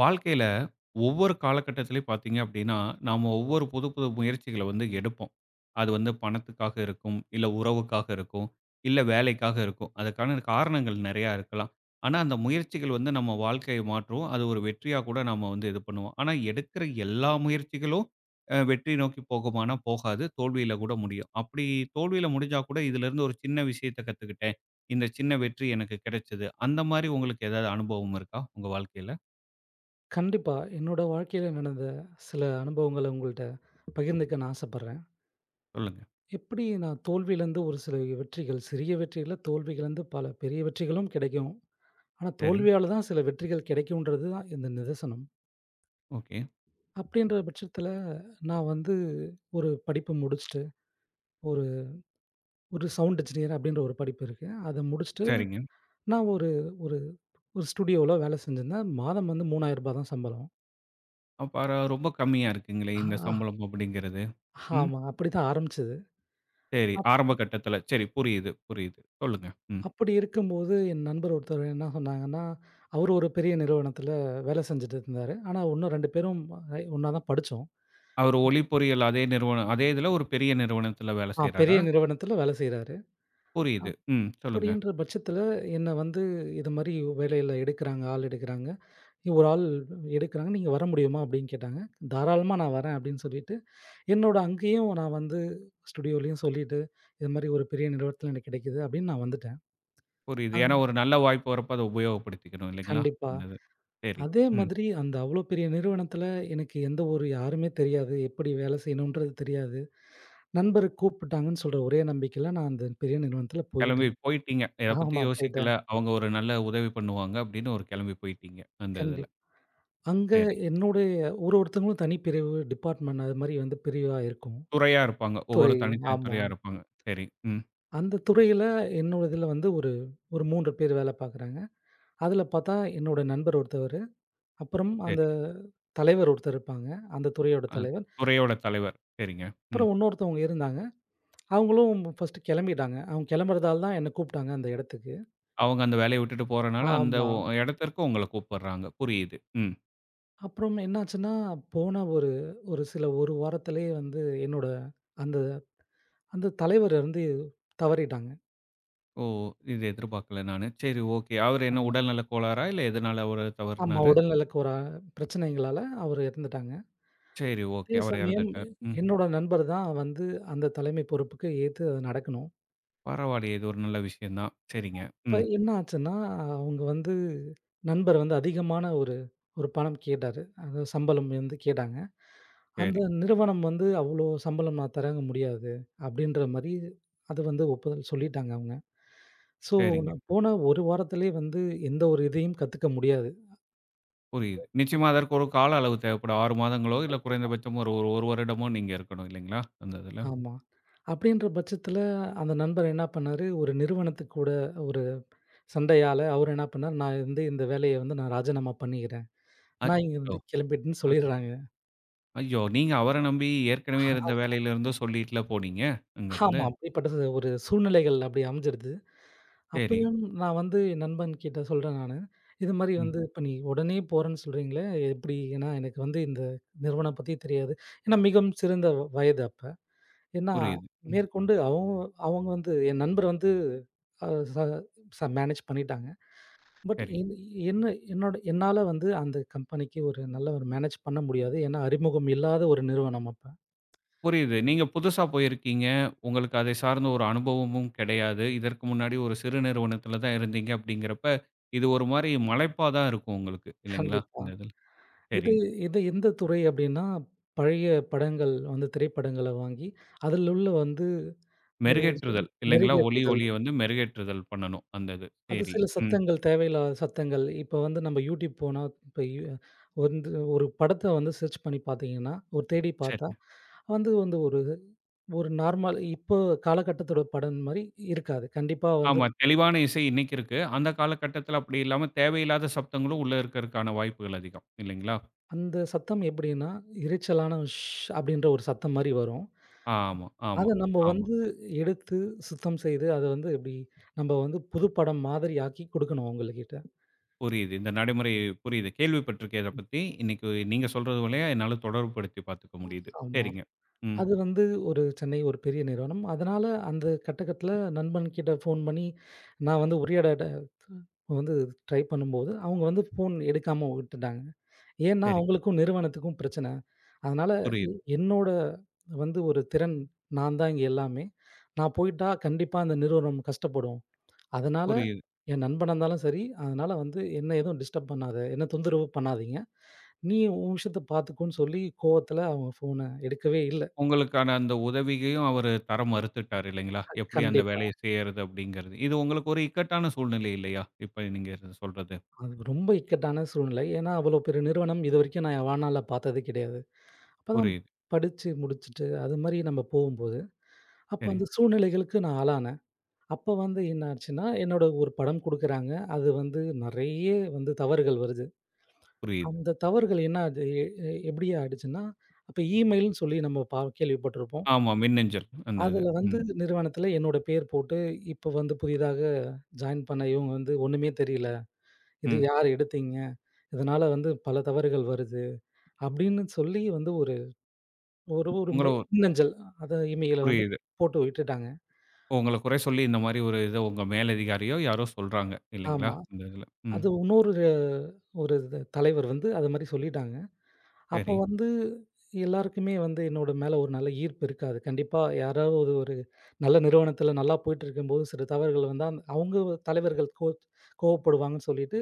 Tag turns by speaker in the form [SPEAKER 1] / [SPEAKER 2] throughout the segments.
[SPEAKER 1] வாழ்க்கையில ஒவ்வொரு காலகட்டத்திலயும் பார்த்தீங்க அப்படின்னா, நாம ஒவ்வொரு புது, புது முயற்சிகள வந்து எடுப்போம். அது வந்து பணத்துக்காக இருக்கும், இல்ல உறவுக்காக இருக்கும், இல்ல வேலைக்காக இருக்கும். அதுக்கான காரணங்கள் நெறையா இருக்கலாம். ஆனா, அந்த முயற்சிகள் வந்து நம்ம வாழ்க்கைய மாற்றும். அது ஒரு வெற்றியா கூட நாம வந்து இது பண்ணுவோம். ஆனா, எடுக்கிற எல்லா முயற்சிகளும் வெற்றி நோக்கி போகுமானா போகாது. தோல்வியில கூட முடியும். அப்படி தோல்வியில முடிஞ்சா கூட இதிலிருந்து ஒரு சின்ன விஷயத்த கத்துக்கிட்டேன். இந்த சின்ன வெற்றி எனக்கு கிடைச்சது. அந்த மாரி உங்களுக்கு ஏதாவது அனுபவம் இருக்கா? உங்க வாழ்க்கையில?
[SPEAKER 2] கண்டிப்பா. என்னோட வாழ்க்கையில நடந்த சில அனுபவங்கள உங்கள்ட்ட பகிர்ந்துக்க நான் ஆசைப்படுறேன்.
[SPEAKER 1] சொல்லுங்க.
[SPEAKER 2] எப்படி நான் தோல்வியிலேருந்து ஒரு சில வெற்றிகள், சிறிய வெற்றிகள தோல்வியிலேருந்து பல பெரிய வெற்றிகளும் கிடைக்கும். ஆனா,
[SPEAKER 1] சரி.
[SPEAKER 2] தோல்வியால தான் சில வெற்றிகள் கிடைக்கும்ன்றது தான் இந்த நிதர்சனம்.
[SPEAKER 1] ஓகே.
[SPEAKER 2] அப்படின்ற பட்சத்தில நான் வந்து ஒரு படிப்பு முடிச்சுட்டு, ஒரு ஒரு சவுண்ட் என்ஜினியர் அப்படின்ற ஒரு படிப்பு இருக்கு. அத முடிச்சுட்டு
[SPEAKER 1] சரிங்க.
[SPEAKER 2] நான் ஒரு ஒரு ஒரு ஸ்டுடியோல வேலை செஞ்சிருந்தேன். மாதம் வந்து ரூ. 3000 தான் சம்பளம்.
[SPEAKER 1] அப்ப ரொம்ப கம்மியா இருக்குங்களே! இந்த
[SPEAKER 2] ஆ.
[SPEAKER 1] சம்பளம் அப்படிங்கிறது. ம்.
[SPEAKER 2] ஆமா. அப்படிதான் ஆரம்பிச்சது.
[SPEAKER 1] சரி. ஆரம்ப கட்டத்தில. சரி புரியுது, புரியுது. சொல்லுங்க. ம்.
[SPEAKER 2] அப்படி இருக்கும்போது, என் நண்பர் ஒருத்தர் என்ன சொன்னாங்கன்னா, அவரு ஒரு பெரிய நிறுவனத்தில வேலை செஞ்சுட்டு இருந்தாரு. ஆனா, இன்னும் 2 பேரும் ஐ ஒண்ணா தான் படிச்சோம்.
[SPEAKER 1] அவரு ஒலி பொறியியல் அதே நிறுவனம் அதே இதில ஒரு பெரிய நிறுவனத்தில வேலை
[SPEAKER 2] ஆ பெரிய
[SPEAKER 1] செய்றாரா?
[SPEAKER 2] நிறுவனத்தில வேலை செய்றாரு.
[SPEAKER 1] புரியுது. ம். சொல்லுங்க.
[SPEAKER 2] அப்படின்ற பட்சத்தில என்ன வந்து, "இது மாரி வேலையில எடுக்குறாங்க, ஆள் எடுக்குறாங்க. ஒரு ஆள் எடுக்குறாங்க. நீங்க வர முடியுமா?" அப்படின்னு கேட்டாங்க. "தாராளமா நான் வரேன்" அப்படின்னு சொல்லிட்டு, என்னோட அங்கேயும் நான் வந்து ஸ்டுடியோலயும் சொல்லிட்டு, "இது மாரி ஒரு பெரிய நிறுவனத்தில எனக்கு கிடைக்குது" அப்படின்னு நான் வந்துட்டேன்.
[SPEAKER 1] புரியுது.
[SPEAKER 2] அங்
[SPEAKER 1] ஏன்னா, ஒரு நல்ல வாய்ப்பு வரப்ப அத உபயோகப்படுத்திக்கணும் இல்லைங்களா?
[SPEAKER 2] கண்டிப்பா.
[SPEAKER 1] இந்த இது. சரி.
[SPEAKER 2] அதே
[SPEAKER 1] ம்.
[SPEAKER 2] மாதிரி அந்த அவ்வளோ பெரிய நிறுவனத்தில எனக்கு எந்த ஒரு யாருமே தெரியாது. எப்படி வேலை செய்யணுன்றது தெரியாது. நண்பர் கூப்பிட்டாங்கன்னு சொல்ற ஒரே நம்பிக்கையில நான் அந்த பெரிய நிறுவனத்தில
[SPEAKER 1] கிளம்பி
[SPEAKER 2] போயிட்டேன்.
[SPEAKER 1] போயிட்டீங்க. இத பத்தி
[SPEAKER 2] ஆமா
[SPEAKER 1] யோசிக்கல.
[SPEAKER 2] போயிட்டேன்.
[SPEAKER 1] அவங்க ஒரு நல்ல உதவி பண்ணுவாங்க அப்படின்னு ஒரு கிளம்பி போயிட்டீங்க. அந்த இதில.
[SPEAKER 2] கண்டிப் அங்க
[SPEAKER 1] சரி.
[SPEAKER 2] என்னுடைய ஒருத்தவங்களும் தனிப்பிரிவு, டிபார்ட்மெண்ட் அது மாரி வந்து பிரிவா இருக்கும்.
[SPEAKER 1] துறையா இருப்பாங்க. ஒவ்வொரு
[SPEAKER 2] துறை
[SPEAKER 1] தனித்தனி
[SPEAKER 2] ஆமா.
[SPEAKER 1] துறையா இருப்பாங்க. சரி. ம்.
[SPEAKER 2] அந்த துறையில என்னோட இதில வந்து ஒரு ஒரு 3 பேர் வேலை பார்க்குறாங்க. அதில பார்த்தா என்னோட நண்பர் ஒருத்தவரு, அப்புறம் அந்த
[SPEAKER 1] சரி.
[SPEAKER 2] தலைவர் ஒருத்தர் இருப்பாங்க. அந்த துறையோட
[SPEAKER 1] அ
[SPEAKER 2] தலைவர்.
[SPEAKER 1] துறையோட தலைவர். சரிங்க. ம்.
[SPEAKER 2] அப்புறம் இன்னொருத்தவங்க இருந்தாங்க. அவங்களும் ஃபர்ஸ்ட்டு கிளம்பிட்டாங்க. அவங்க கிளம்புறதால தான் என்ன கூப்பிட்டாங்க அந்த இடத்துக்கு.
[SPEAKER 1] அவங்க அந்த வேலைய விட்டுட்டு போறனால, அந்த
[SPEAKER 2] ஆமா.
[SPEAKER 1] இடத்திற்கு உங்கள கூப்பிடுறாங்க. புரியுது. ம்.
[SPEAKER 2] அப்புறம் என்னாச்சுன்னா, போன ஒரு ஒரு சில 1 வாரத்திலேயே வந்து என்னோட அந்த அந்த தலைவர் வந்து தவறிட்டாங்க.
[SPEAKER 1] ஓ! இது எதிர்பார்க்கல நானு. சரி ஓகே. அவரு என்ன
[SPEAKER 2] ஆமா.
[SPEAKER 1] உடல்நலக் கோளாறா? இல்ல எதனால அவரு
[SPEAKER 2] ஆமா.
[SPEAKER 1] தவறுனாரு?
[SPEAKER 2] உடல்நலக்கு ஒரு பிரச்சனைகளால அவர் இறந்துட்டாங்க.
[SPEAKER 1] சரி ஓகே.
[SPEAKER 2] அதே
[SPEAKER 1] அவர்
[SPEAKER 2] சமயம்
[SPEAKER 1] இறந்துட்டார். ம்.
[SPEAKER 2] என்னோட நண்பர் தான் வந்து அந்த தலைமை பொறுப்புக்கு ஏத்து அது நடக்கணும்.
[SPEAKER 1] பரவாயில்லையே! இது ஒரு நல்ல விஷயம் தான். சரிங்க.
[SPEAKER 2] இப்ப
[SPEAKER 1] ம்.
[SPEAKER 2] என்ன ஆச்சுன்னா, அவங்க வந்து நண்பர் வந்து அதிகமான ஒரு ஒரு பணம் கேட்டாரு. அது சம்பளம் வந்து கேட்டாங்க. அந்த
[SPEAKER 1] சரி,
[SPEAKER 2] நிறுவனம் வந்து அவ்வளோ சம்பளம் நான் தரங்க முடியாது. அப்படின்ற மாரி அது வந்து ஒப்புதல் சொல்லிட்டாங்க அவங்க. ஸோ,
[SPEAKER 1] சரிங்க.
[SPEAKER 2] நான் போன 1 வாரத்திலேயே வந்து எந்த ஒரு இதையும் கத்துக்க முடியாது.
[SPEAKER 1] புரியுது. நிச்சயமா அதற்கு ஒரு கால அளவு தேவைப்படும். 6 மாதங்களோ, இல்ல
[SPEAKER 2] கண்டிப்பா.
[SPEAKER 1] குறைந்தபட்சம் ஒரு ஒரு ஒரு வருடமோ நீங்க இருக்கணும் இல்லைங்களா? அந்த இதுல.
[SPEAKER 2] ஆமா. அப்படின்ற பட்சத்தில அந்த நண்பர் என்ன பண்ணாரு, ஒரு நிறுவனத்துக்கு கூட ஒரு சண்டையால அவர் என்ன பண்ணாரு, "நான் வந்து இந்த வேலைய வந்து நான் ராஜினாமா பண்ணிக்கிறேன். நான்
[SPEAKER 1] அச்சச்சோ!
[SPEAKER 2] இங்கருந்து கிளம்பிட்டேன்னு"
[SPEAKER 1] அ
[SPEAKER 2] சொல்லிடுறாங்க.
[SPEAKER 1] ஐயோ! நீங்க அவர நம்பி ஏற்கனவே இருந்த வேலையிலிருந்து சொல்லிட்டுல போனீங்க? அங்கருந்து.
[SPEAKER 2] ஆமா. அப்படிப்பட்ட ஒரு சூழ்நிலைகள் அப்படி அமைஞ்சிருது.
[SPEAKER 1] சரி.
[SPEAKER 2] அப்பயும் நான் வந்து என் நண்பன் கிட்ட சொல்றேன் நானு. இது மாரி
[SPEAKER 1] ம்.
[SPEAKER 2] வந்து இப்ப நீ உடனே போறேன்னு சொல்றீங்களே எப்படி? ஏன்னா எனக்கு வந்து இந்த நிறுவனம் பத்தி தெரியாது. ஏன்னா மிகவும் சிறந்த வயது அப்ப. ஏன்னா
[SPEAKER 1] புரியுது. ம்.
[SPEAKER 2] மேற்கொண்டு அவங்க அவங்க வந்து என் நண்பர் வந்து அ ச ச மேனேஜ் பண்ணிட்டாங்க. பட்
[SPEAKER 1] சரி.
[SPEAKER 2] என்ன என்னோட என்னால வந்து அந்த கம்பெனிக்கு ஒரு நல்ல ஒரு மேனேஜ் பண்ண முடியாது. ஏன்னா அறிமுகம் இல்லாத ஒரு நிறுவனம் அப்ப.
[SPEAKER 1] புரியுது. நீங்க புதுசா போயிருக்கீங்க. உங்களுக்கு அதை சார்ந்த ஒரு அனுபவமும் கிடையாது. இதற்கு முன்னாடி ஒரு சிறு நிறுவனத்தில தான் இருந்தீங்க அப்படிங்கிறப்ப, இது ஒரு மாரி மலைப்பாதான் இருக்கும் உங்களுக்கு. இல்லைங்களா?
[SPEAKER 2] கண்டிப்பா.
[SPEAKER 1] இந்த இதில. சரி.
[SPEAKER 2] இது இது எந்த துறை அப்டின்னா, பழைய படங்கள் வந்து திரைப்படங்கள வாங்கி, அதில் உள்ள வந்து ஒ-
[SPEAKER 1] மெருகேற்றுதல் இல்லைங்களா? ஒலி
[SPEAKER 2] மெருகேற்றுதல்.
[SPEAKER 1] ஒலிய வந்து மெருகேற்றுதல் பண்ணணும். அந்த இது.
[SPEAKER 2] அது
[SPEAKER 1] சரி.
[SPEAKER 2] சில
[SPEAKER 1] ம்.
[SPEAKER 2] சத்தங்கள், தேவையில்லாத சத்தங்கள். இப்போ வந்து நம்ம YouTube போனா, இப்ப யு வந்து ஒரு படத்த வந்து சர்ச் பண்ணி பார்த்தீங்கன்னா, ஒரு தேடி பார்த்தா,
[SPEAKER 1] சரி.
[SPEAKER 2] வந்து வந்து ஒரு ஒரு நார்மல் இப்போ காலகட்டத்தோட படம் மாரி இருக்காது. கண்டிப்பா வந்து
[SPEAKER 1] ஆமா. தெளிவான இசை இன்னைக்கு இருக்கு. அந்த காலகட்டத்தில அப்படி இல்லாம தேவையில்லாத சப்தங்களும் உள்ள இருக்கறதுக்கான வாய்ப்புகள் அதிகம். இல்லைங்களா?
[SPEAKER 2] அந்த சத்தம் எப்டின்னா, இரைச்சலான "ஷ்" அப்டின்ற ஒரு சத்தம் மாரி வரும்.
[SPEAKER 1] ஆமா, ஆமா,
[SPEAKER 2] அத நம்ம
[SPEAKER 1] ஆமா.
[SPEAKER 2] வந்து எடுத்து சுத்தம் செய்து, அத வந்து எப்படி நம்ம வந்து புதுப்படம் மாதிரி ஆக்கி குடுக்கணும் அவங்கள்கிட்ட.
[SPEAKER 1] புரியுது. இந்த நடைமுறை புரியுது. கேள்விப்பட்டிருக்கேன் இத பத்தி. இன்னைக்கு நீங்க சொல்றது வழியா என்னால தொடர்புபடுத்தி பார்த்துக்க முடியுது.
[SPEAKER 2] ஆமா.
[SPEAKER 1] சரிங்க. ம்.
[SPEAKER 2] அது வந்து ஒரு சென்னை ஒரு பெரிய நிறுவனம். அதனால அந்த கட்டகத்தில நண்பன்கிட்ட ஃபோன் பண்ணி, நான் வந்து உரையாடட வந்து ட்ரை பண்ணும்போது, அவங்க வந்து ஃபோன் எடுக்காம விட்டுட்டாங்க. ஏன்னா,
[SPEAKER 1] சரிங்க.
[SPEAKER 2] அவங்களுக்கும் நிறுவனத்துக்கும் பிரச்சனை. அதனால
[SPEAKER 1] புரியுது,
[SPEAKER 2] என்னோட வந்து ஒரு திறன் நான் தான் இங்க எல்லாமே. நான் போயிட்டா கண்டிப்பா அந்த நிறுவனம் கஷ்டப்படும். அதனால
[SPEAKER 1] புரியுது.
[SPEAKER 2] என் நண்பனா இருந்தாலும் சரி, அதனால வந்து என்ன எதுவும் டிஸ்டர்ப் பண்ணாத, என்ன தொந்தரவு பண்ணாதீங்க. நீ உன் விஷயத்த பார்த்துக்கோன்னு சொல்லி கோவத்துல அவங்க ஃபோன எடுக்கவே இல்ல.
[SPEAKER 1] உங்களுக்கான அந்த உதவியையும் அவரு தர மறுத்துட்டாரு இல்லைங்களா? எப்படி அந்த
[SPEAKER 2] கண்டிப்பா.
[SPEAKER 1] வேலைய செய்யறது அப்படிங்கிறது. இது உங்களுக்கு ஒரு இக்கட்டான சூழ்நிலை இல்லையா? இப்ப நீங்க இது சொல்றது.
[SPEAKER 2] அது ரொம்ப இக்கட்டான சூழ்நிலை. ஏன்னா, அவ்வளோ பெரிய நிறுவனம் இதுவரைக்கும் நான் என் வாழ்நாள்ல பார்த்தது கிடையாது. அப்பதான்
[SPEAKER 1] புரியுது.
[SPEAKER 2] படிச்சு முடிச்சுட்டு அது மாரி நம்ம போகும்போது, அப்ப
[SPEAKER 1] சரிங்க.
[SPEAKER 2] அந்த சூழ்நிலைகளுக்கு நான் ஆளானேன். அப்ப வந்து என்ன ஆச்சுன்னா, என்னோட ஒரு படம் குடுக்குறாங்க. அது வந்து நெறைய வந்து தவறுகள் வருது.
[SPEAKER 1] புரியுது.
[SPEAKER 2] அந்த தவறுகள் என்ன அது எ எ- எப்படி ஆயிடுச்சுன்னா, அப்ப இமெயில்ன்னு சொல்லி நம்ம கேள்விப்பட்டிருப்போம்.
[SPEAKER 1] ஆமா. மின்னஞ்சல் அந்த இது.
[SPEAKER 2] அதுல வந்து
[SPEAKER 1] ம்.
[SPEAKER 2] நிறுவனத்துல என்னோட பேர் போட்டு, இப்ப வந்து புதிதாக ஜாயின் பண்ண இவங்க வந்து ஒண்ணுமே தெரியல. இது
[SPEAKER 1] ம்.
[SPEAKER 2] யார் எடுத்தீங்க? இதனால வந்து பல தவறுகள் வருது. அப்படின்னு சொல்லி வந்து ஒரு ஒரு ஒரு மெ
[SPEAKER 1] உங்கள
[SPEAKER 2] மின்னஞ்சல் அத இமெயில வந்து
[SPEAKER 1] புரியுது.
[SPEAKER 2] போட்டு விட்டுட்டாங்க.
[SPEAKER 1] உங்கள குறை சொல்லி இந்த மாரி ஒரு இத உங்க மேலதிகாரியோ யாரோ சொல்றாங்க இல்லைங்களா?
[SPEAKER 2] ஆமா.
[SPEAKER 1] இந்த இதுல. ம்.
[SPEAKER 2] அது இன்னொரு ஒரு இது தலைவர் வந்து அது மாரி சொல்லிட்டாங்க. அப்போ
[SPEAKER 1] சரி.
[SPEAKER 2] வந்து எல்லாருக்குமே வந்து என்னோட மேல ஒரு நல்ல ஈர்ப்பு இருக்காது. கண்டிப்பா யாராவது ஒரு நல்ல நிறுவனத்தில நல்லா போயிட்டுருக்கும்போது சில தவறுகள் வந்தா, அவங்க தலைவர்கள் கோவப்படுவாங்கன்னு சொல்லிட்டு,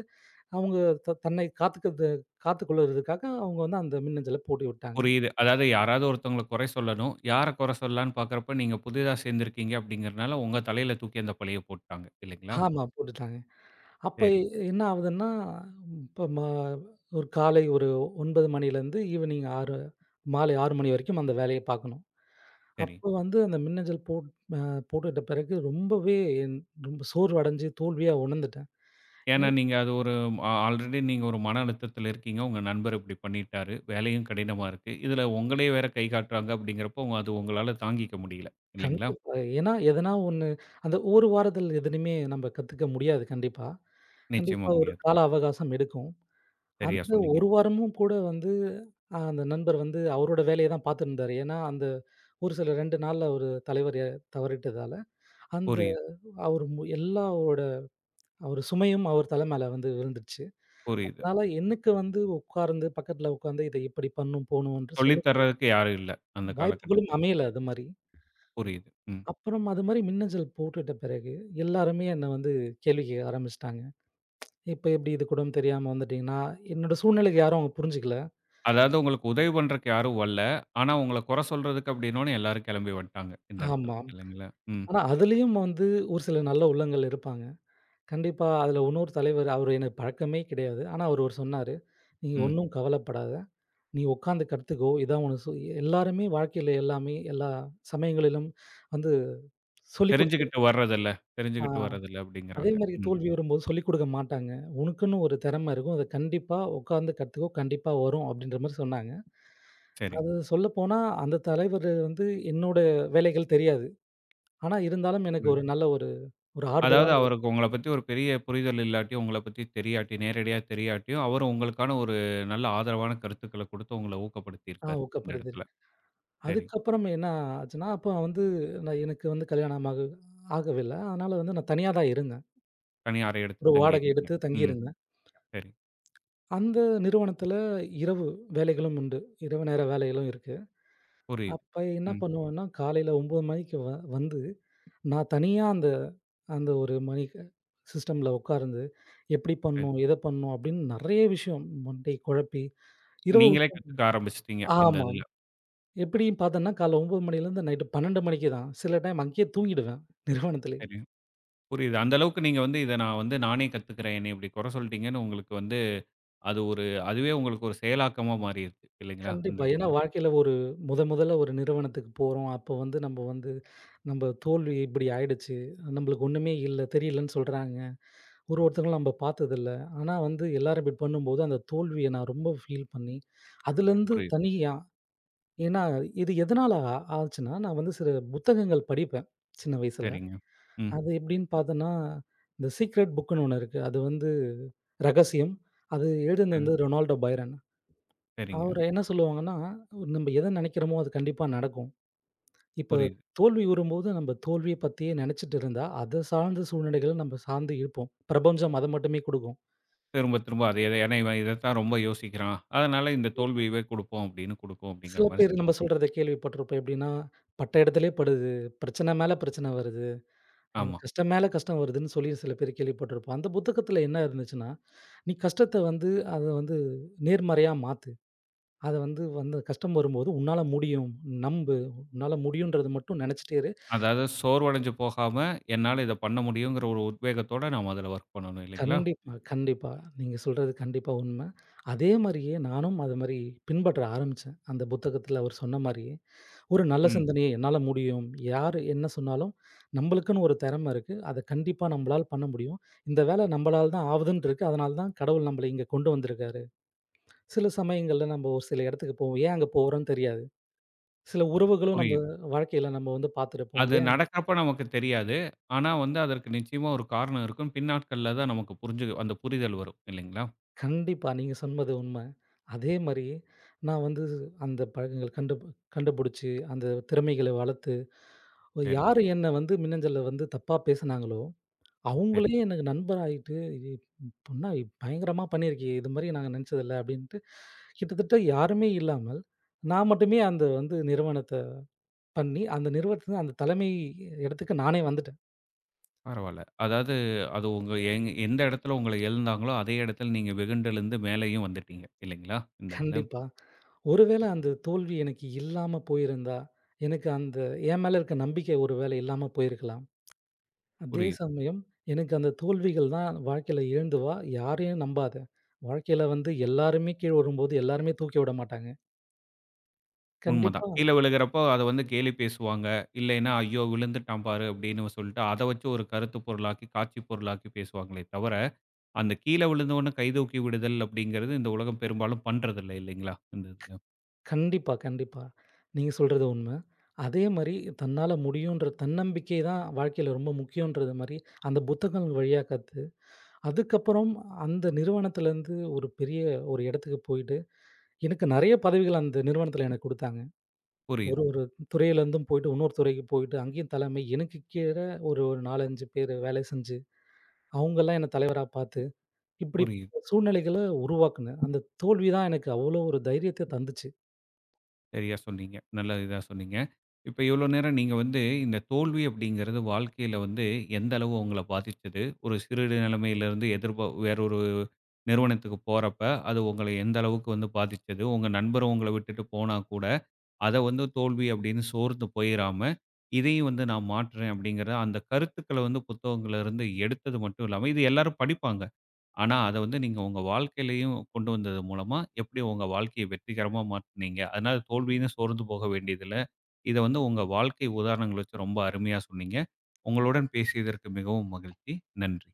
[SPEAKER 2] அவங்க தன்னை காத்துக்கிறது காத்துக்கொள்வதற்காக அவங்க வந்து அந்த மின்னஞ்சல போட்டு விட்டாங்க.
[SPEAKER 1] புரியுது. அதாவது யாராவது ஒருத்தவங்கள குறை சொல்லணும். யார குறை சொல்லலான்னு பார்க்கிறப்ப, நீங்க புதிதா சேர்ந்திருக்கீங்க அப்படிங்கிறனால, உங்க தலையில தூக்கி அந்த பழிய போட்டுட்டாங்க. இல்லைங்களா?
[SPEAKER 2] ஆமா போட்டுட்டாங்க. அப்ப
[SPEAKER 1] சரி,
[SPEAKER 2] என்ன ஆகுதுன்னா, இப்ப ஒரு காலை ஒரு 9 மணிலேருந்து ஈவினிங் 6 மாலை 6 மணி வரைக்கும் அந்த வேலைய பார்க்கணும்.
[SPEAKER 1] சரி.
[SPEAKER 2] அப்போ வந்து அந்த மின்னஞ்சல் அ போட்டுட்ட பிறகு ரொம்பவே என் ரொம்ப சோர்வடைஞ்சு தோல்வியா உணர்ந்துட்டேன்.
[SPEAKER 1] ஏன்னா
[SPEAKER 2] ஏன்
[SPEAKER 1] நீங்க அது ஒரு ஆல்ரெடி நீங்க ஒரு மன அழுத்தத்தில இருக்கீங்க. உங்க நண்பர் இப்படி பண்ணிட்டாரு. வேலையும் கடினமா இருக்கு. இதுல உங்களையே வேற கை காட்டுறாங்க அப்படிங்கிறப்போ, உங்க- அது உங்களால தாங்கிக்க முடியல. இல்லைங்களா?
[SPEAKER 2] கண்டிப்பா. ஏன்னா, எதனா ஒண்ணு அந்த ஒரு வாரத்துல எதுலயுமே நம்ம கத்துக்க முடியாது கண்டிப்பா.
[SPEAKER 1] நிச்சயமா
[SPEAKER 2] கண்டிப்பா ஒரு
[SPEAKER 1] முடியாது.
[SPEAKER 2] கால அவகாசம் எடுக்கும்.
[SPEAKER 1] சரியா
[SPEAKER 2] அந்த
[SPEAKER 1] சொன்னீங்க.
[SPEAKER 2] ஒரு வாரமும் கூட வந்து அந்த நண்பர் வந்து அவரோட வேலைய தான் பார்த்துருந்தாரு. ஏன்னா, அந்த ஒரு சில 2 நாள்ல ஒரு தலைவர் தவறிட்டதால, அந்த
[SPEAKER 1] புரியுது,
[SPEAKER 2] அவரு எல்லாரோட அவரு சுமையும் அவர் தல மேல வந்து விழுந்துருச்சு.
[SPEAKER 1] புரியுது.
[SPEAKER 2] அதனால எனக்கு வந்து உட்கார்ந்து, பக்கத்துல உட்கார்ந்து இத இப்படி பண்ணும், போணும் என்று
[SPEAKER 1] சொல்லி
[SPEAKER 2] சொல்ல
[SPEAKER 1] தர்றதுக்கு யாரும் இல்ல. அந்த
[SPEAKER 2] வாய்ப்புகளும்
[SPEAKER 1] காலகட்டத்தில.
[SPEAKER 2] அமையல அது மாரி.
[SPEAKER 1] புரியுது. ம்.
[SPEAKER 2] அப்புறம் அது மாரி மின்னஞ்சல் போட்டுட்ட பிறகு, எல்லாருமே என்ன வந்து கேள்வி கேட்க ஆரம்பிச்சுட்டாங்க. "இப்ப எப்படி இது கூட தெரியாம வந்துட்டீங்கன்னா?" என்னோட சூழ்நிலைக்கு யாரும் அவங்க புரிஞ்சுக்கல.
[SPEAKER 1] அதாவது உங்களுக்கு உதவி பண்றக்கு யாரும் வல்ல. ஆனா உங்கள குறை சொல்றதுக்கு அப்டின்னோனே எல்லாரும் கெளம்பி வந்ட்டாங்க இந்த இடத்துல.
[SPEAKER 2] ஆமா.
[SPEAKER 1] இல்லைங்களா? ம்,
[SPEAKER 2] ஆனா அதுலயும் வந்து ஒரு சில நல்ல உள்ளங்கள் இருப்பாங்க. கண்டிப்பா அதுல இன்னொரு தலைவர் அவரு எனக்கு பழக்கமே கிடையாது. ஆனா அவரு ஒரு சொன்னாரு, "நீ
[SPEAKER 1] ம்.
[SPEAKER 2] ஒண்ணும் கவலைப்படாத. நீ உட்கார்ந்து கத்துக்கோ. இதான் உனக்கு எல்லாருமே வாழ்க்கையில எல்லாமே எல்லா சமயங்களிலும் வந்து சொல்லிக் குடுத்து
[SPEAKER 1] தெரிஞ்சுகிட்டு வர்றதில்ல
[SPEAKER 2] ஆ.
[SPEAKER 1] தெரிஞ்சுகிட்டு வர்றதில்ல
[SPEAKER 2] அதே
[SPEAKER 1] அப்டிங்கிறாங்க.
[SPEAKER 2] மாரி
[SPEAKER 1] ம்.
[SPEAKER 2] தோல்வி வரும்போது சொல்லிக் குடுக்க மாட்டாங்க. உனக்குன்னு ஒரு திறமை இருக்கும். அத கண்டிப்பா உட்கார்ந்து கத்துக்கோ! கண்டிப்பா வரும் அப்டின்ற மாரி சொன்னாங்க.
[SPEAKER 1] சரி.
[SPEAKER 2] அது சொல்லப்போனா, அந்த தலைவரு வந்து என்னோட வேலைகள் தெரியாது. ஆனா இருந்தாலும் எனக்கு ஒரு
[SPEAKER 1] புரியுது.
[SPEAKER 2] நல்ல ஒரு ஒரு
[SPEAKER 1] அதாவது
[SPEAKER 2] ஆறுதலான
[SPEAKER 1] அவருக்கு உங்கள பத்தி ஒரு பெரிய புரிதல் இல்லாட்டியும், உங்கள பத்தி தெரியாட்டி நேரடியா தெரியாட்டியும், அவரு உங்களுக்கான ஒரு நல்ல ஆதரவான கருத்துக்கள குடுத்து உங்கள ஊக்கப்படுத்தியிருக்காரு இந்த
[SPEAKER 2] ஊக்கப்படுத்துரு.
[SPEAKER 1] இடத்துல. சரி.
[SPEAKER 2] அதுக்கப்புறம் என்ன ஆச்சுன்னா, அப்ப வந்து நான் எனக்கு வந்து கல்யாணம் ஆகவில்ல. அதனால வந்து நான் தனியா தான் இருந்தேன்.
[SPEAKER 1] தனி அறை எடுத்து
[SPEAKER 2] ஒரு வாடகை
[SPEAKER 1] தங்கியிருக்கீங்க.
[SPEAKER 2] எடுத்து
[SPEAKER 1] ம்.
[SPEAKER 2] தங்கியிருந்தேன்.
[SPEAKER 1] சரி.
[SPEAKER 2] அந்த நிறுவனத்தில இரவு வேலைகளும் உண்டு. இரவு நேர வேலைகளும் இருக்கு.
[SPEAKER 1] புரியுது.
[SPEAKER 2] அப்ப என்ன
[SPEAKER 1] ம்.
[SPEAKER 2] பண்ணுவேன்னா, காலையில 9 மணிக்கு வந்து, நான் தனியா அந்த அந்த ஒரு மணிக்கு சிஸ்டம்ல உட்கார்ந்து, எப்படி
[SPEAKER 1] சரி.
[SPEAKER 2] பண்ணணும்? எத பண்ணணும்? அப்படின்னு நெறைய விஷயம் மண்டை குழப்பி, இரவு
[SPEAKER 1] நீங்களே கத்துக்க ஆரம்பிச்சுட்டீங்க இந்த
[SPEAKER 2] ஆமா.
[SPEAKER 1] இதுல.
[SPEAKER 2] எப்படியும் பார்த்தோன்னா, காலைல 9 மணிலேருந்து நைட்டு 12 மணிக்கு தான். சில டைம் அங்கேயே தூங்கிடுவேன், நிறுவனத்திலேயே.
[SPEAKER 1] சரி. புரியுது. அந்த அளவுக்கு நீங்க வந்து இத நான் வந்து நானே கத்துக்கிறேன். என்னைய இப்படி குறை சொல்ட்டீங்கன்னு உங்களுக்கு வந்து அது ஒரு அதுவே உங்களுக்கு ஒரு செயலாக்கமா மாறிருச்சு இல்லைங்களா? அந்த
[SPEAKER 2] கண்டிப்பா. ஏன்னா
[SPEAKER 1] இடத்துல.
[SPEAKER 2] வாழ்க்கையில ஒரு முதல்ல ஒரு நிறுவனத்துக்கு போறோம். அப்போ வந்து நம்ம வந்து, நம்ம தோல்வி இப்படி ஆயிடுச்சு. நம்மளுக்கு ஒண்ணுமே இல்ல, தெரியலன்னு சொல்றாங்க. ஒருத்தங்கள நம்ம பார்த்ததில்ல. ஆனா வந்து எல்லாரும் இப்படி பண்ணும்போது, அந்த தோல்விய நான் ரொம்ப ஃபீல் பண்ணி, அதுலேருந்து
[SPEAKER 1] புரியுது.
[SPEAKER 2] தனியா ஏன்னா இது எதனால ஆச்சுன்னா, நான் வந்து சில புத்தகங்கள் படிப்பேன் சின்ன வயசுல.
[SPEAKER 1] சரிங்க. ம்.
[SPEAKER 2] அது எப்படின்னு பார்த்தன்னா, இந்த சீக்ரெட் புக்குன்னு ஒண்ணு இருக்கு. அது வந்து ரகசியம். அது எழுதினது
[SPEAKER 1] சரி
[SPEAKER 2] வந்து ரொனால்டோ பைரன்.
[SPEAKER 1] சரிங்க.
[SPEAKER 2] அவரு என்ன சொல்லுவாங்கன்னா, நம்ம எத நெனைக்கிறோமோ அது கண்டிப்பா நடக்கும். இப்ப
[SPEAKER 1] புரியுது.
[SPEAKER 2] தோல்வி வரும்போது நம்ம தோல்விய பத்தியே நெனைச்சிட்டு இருந்தா, அத சார்ந்த சூழ்நிலைகள நம்ம சார்ந்து இருப்போம். பிரபஞ்சம் அத மட்டுமே குடுக்கும்.
[SPEAKER 1] திரும்ப திரும்ப அதே தான். ஏன்னா இவன் இதத்தான் ரொம்ப யோசிக்கிறான். அதனால இந்த தோல்வியவே குடுப்போம் அப்படின்னு குடுப்போம் அப்படிங்கிற
[SPEAKER 2] சில
[SPEAKER 1] மாரி
[SPEAKER 2] பேர் நம்ம
[SPEAKER 1] சொல்லுவாங்க.
[SPEAKER 2] சொல்றத கேள்விப்பட்டிருப்போம். எப்படின்னா, பட்ட இடத்திலே படுது. பிரச்சனை மேல பிரச்சனை வருது.
[SPEAKER 1] ஆமா.
[SPEAKER 2] எனக்கு கஷ்டம் மேல கஷ்டம் வருதுன்னு சொல்லி சில பேர் கேள்விப்பட்டிருப்போம். அந்த புத்தகத்தில என்ன இருந்துச்சுன்னா, நீ கஷ்டத்த வந்து அத வந்து நேர்மறையா மாத்து. அத வந்து வந்து கஷ்டம் வரும்போது உன்னால முடியும். நம்பு. உன்னால முடியும்ன்றத மட்டும் நெனச்சிட்டே இரு.
[SPEAKER 1] அதாவது சோர்வடைஞ்சு போகாம என்னால இத பண்ண முடியுங்கிற ஒரு உத்வேகத்தோட நாம அதுல ஒர்க் பண்ணணும் இல்லைங்களா?
[SPEAKER 2] கண்டிப்பா, கண்டிப்பா. நீங்க சொல்றது கண்டிப்பா உண்ம. அதே மாரியே நானும் அது மாரி பின்பற்ற ஆரம்பிச்சேன். அந்த புத்தகத்துல அவர் சொன்ன மாரியே, ஒரு நல்ல
[SPEAKER 1] ம்.
[SPEAKER 2] சிந்தனையை என்னால முடியும். யாரு என்ன சொன்னாலும் நம்பளுக்குன்னு ஒரு திறமை இருக்கு. அத கண்டிப்பா நம்பளால பண்ண முடியும். இந்த வேலை நம்பளால தான் ஆவுதுன்னு இருக்கு. அதனால தான் கடவுள் நம்பள இங்க கொண்டு வந்திருக்காரு. சில சமயங்கள்ல நம்ப ஒரு சில இடத்துக்கு போவோம். ஏன் அங்க போறோம்ன்னு தெரியாது. சில உறவுகளும் நம்ப
[SPEAKER 1] புரியுது.
[SPEAKER 2] வாழ்க்கையில நம்ம வந்து பார்த்திருப்போம்.
[SPEAKER 1] அது நடக்கிறப்ப நமக்கு தெரியாது. ஆனா வந்து அதற்கு நிச்சயமா ஒரு காரணம் இருக்கும். பின்னாட்கள்ல தான் நமக்கு புரிஞ்சு அந்த புரிதல் வரும் இல்லைங்களா?
[SPEAKER 2] கண்டிப்பா நீங்க சொன்னது உண்ம. அதே மாரி, நான் வந்து அந்த பழக்கங்கள் கண்டுபுடிச்சு, அந்த திறமைகள வளர்த்து,
[SPEAKER 1] சரிங்க,
[SPEAKER 2] யாரு என்ன வந்து மின்னஞ்சல்ல வந்து தப்பா பேசுனாங்களோ,
[SPEAKER 1] சரி.
[SPEAKER 2] அவங்களே எனக்கு நண்பராயிட்டு, "பொண்ணா பயங்கரமா பண்ணியிருக்கியே! இது மாரி நாங்க நெனச்சதில்ல." அப்படின்ட்டு கிட்டத்தட்ட யாருமே இல்லாமல், நான் மட்டுமே அந்த வந்து நிறுவனத்த பண்ணி, அந்த நிறுவனத்தில அந்த தலைமை இடத்துக்கு நானே வந்துட்டேன்.
[SPEAKER 1] பரவால்ல. அதாவது அது உங்க எங் எந்த இடத்துல உங்கள எழுந்தாங்களோ, அதே இடத்துல நீங்க வெகுண்டெழுந்து மேலயும் வந்துட்டீங்க இல்லைங்களா? இந்த இதுல.
[SPEAKER 2] கண்டிப்பா. ஒருவேள அந்த தோல்வி எனக்கு இல்லாம போயிருந்தா, எனக்கு அந்த என் மேல இருக்க நம்பிக்கை ஒருவேள இல்லாம போயிருக்கலாம். அதே
[SPEAKER 1] புரியுது.
[SPEAKER 2] சமயம், எனக்கு அந்த தோல்விகள் தான் வாழ்க்கையில எழுந்து வா, யாரையும் நம்பாத. வாழ்க்கையில வந்து எல்லாருமே கீழ வரும்போது, எல்லாருமே தூக்கி விட மாட்டாங்க.
[SPEAKER 1] உண்மதான்.
[SPEAKER 2] கண்டிப்பா
[SPEAKER 1] கீழ விழுகிறப்போ அத வந்து கேலி பேசுவாங்க. இல்லைன்னா, "ஐயோ! விழுந்துட்டான் பாரு" அப்படின்னு சொல்லிட்டு அத வச்சு ஒரு கருத்து பொருளாக்கி, காட்சி பொருளாக்கி பேசுவாங்களே தவிர, அந்த கீழ விழுந்தவன கைதூக்கி விடுதல் அப்படிங்கிறது இந்த உலகம் பெரும்பாலும் பண்றதில்ல இல்லைங்களா? இந்த இதுல.
[SPEAKER 2] கண்டிப்பா, கண்டிப்பா. நீங்க சொல்றது உண்ம. அதே மாரி தன்னால முடியுன்ற தன்னம்பிக்கை தான் வாழ்க்கையில ரொம்ப முக்கியன்றது மாரி, அந்த புத்தகங்கள் வழியா கத்து, அதுக்கப்புறம் அந்த நிறுவனத்திலேருந்து ஒரு பெரிய ஒரு இடத்துக்கு போயிட்டு, எனக்கு நெறைய பதவிகள் அந்த நிறுவனத்தில எனக்கு குடுத்தாங்க. ஒரு
[SPEAKER 1] புரியுது,
[SPEAKER 2] ஒரு துறையிலேருந்தும் போயிட்டு, இன்னொரு துறைக்கு போயிட்டு, அங்கேயும் தலைமை. எனக்கு கீழ ஒரு ஒரு 4, 5 பேர் வேலை செஞ்சு, அவங்கலாம் என்ன தலைவரா பார்த்து, இப்படி
[SPEAKER 1] புரியுது.
[SPEAKER 2] சூழ்நிலைகள உருவாக்குனேன். அந்த தோல்வி தான் எனக்கு அவ்வளோ ஒரு தைரியத்த தந்துச்சு.
[SPEAKER 1] சரியா சொன்னீங்க. நல்ல இதா சொன்னீங்க. இப்ப இவ்ளோ நேரம் நீங்க வந்து இந்த தோல்வி அப்படிங்கிறது வாழ்க்கையில வந்து எந்த அளவு உங்கள பாதிச்சது? ஒரு சிறு நிலைமையிலிருந்து எதிர்பா வேற ஒரு நிறுவனத்துக்கு போறப்ப, அது உங்கள எந்த அளவுக்கு வந்து பாதிச்சது? உங்க நண்பர் உங்கள விட்டுட்டு போனா கூட, அத வந்து தோல்வி அப்படின்னு சோர்ந்து போயிராம, இதையும் வந்து நான் மாற்றுறேன் அப்படிங்கிற அந்த கருத்துக்கள வந்து புத்தகங்கள்ல இருந்து எடுத்தது மட்டும் இல்லாம, இது எல்லாரும் படிப்பாங்க. ஆனா, அத வந்து நீங்க உங்க வாழ்க்கையிலயும் கொண்டு வந்தது மூலமா, எப்படி உங்க வாழ்க்கைய வெற்றிகரமா மாத்துனீங்க. அதனால தோல்வின்னு சோர்ந்து போக வேண்டியதில்ல. இத வந்து உங்க வாழ்க்கை உதாரணங்கள் வச்சு ரொம்ப அருமையா சொன்னீங்க. உங்களுடன் பேசியதற்கு மிகவும் மகிழ்ச்சி. நன்றி.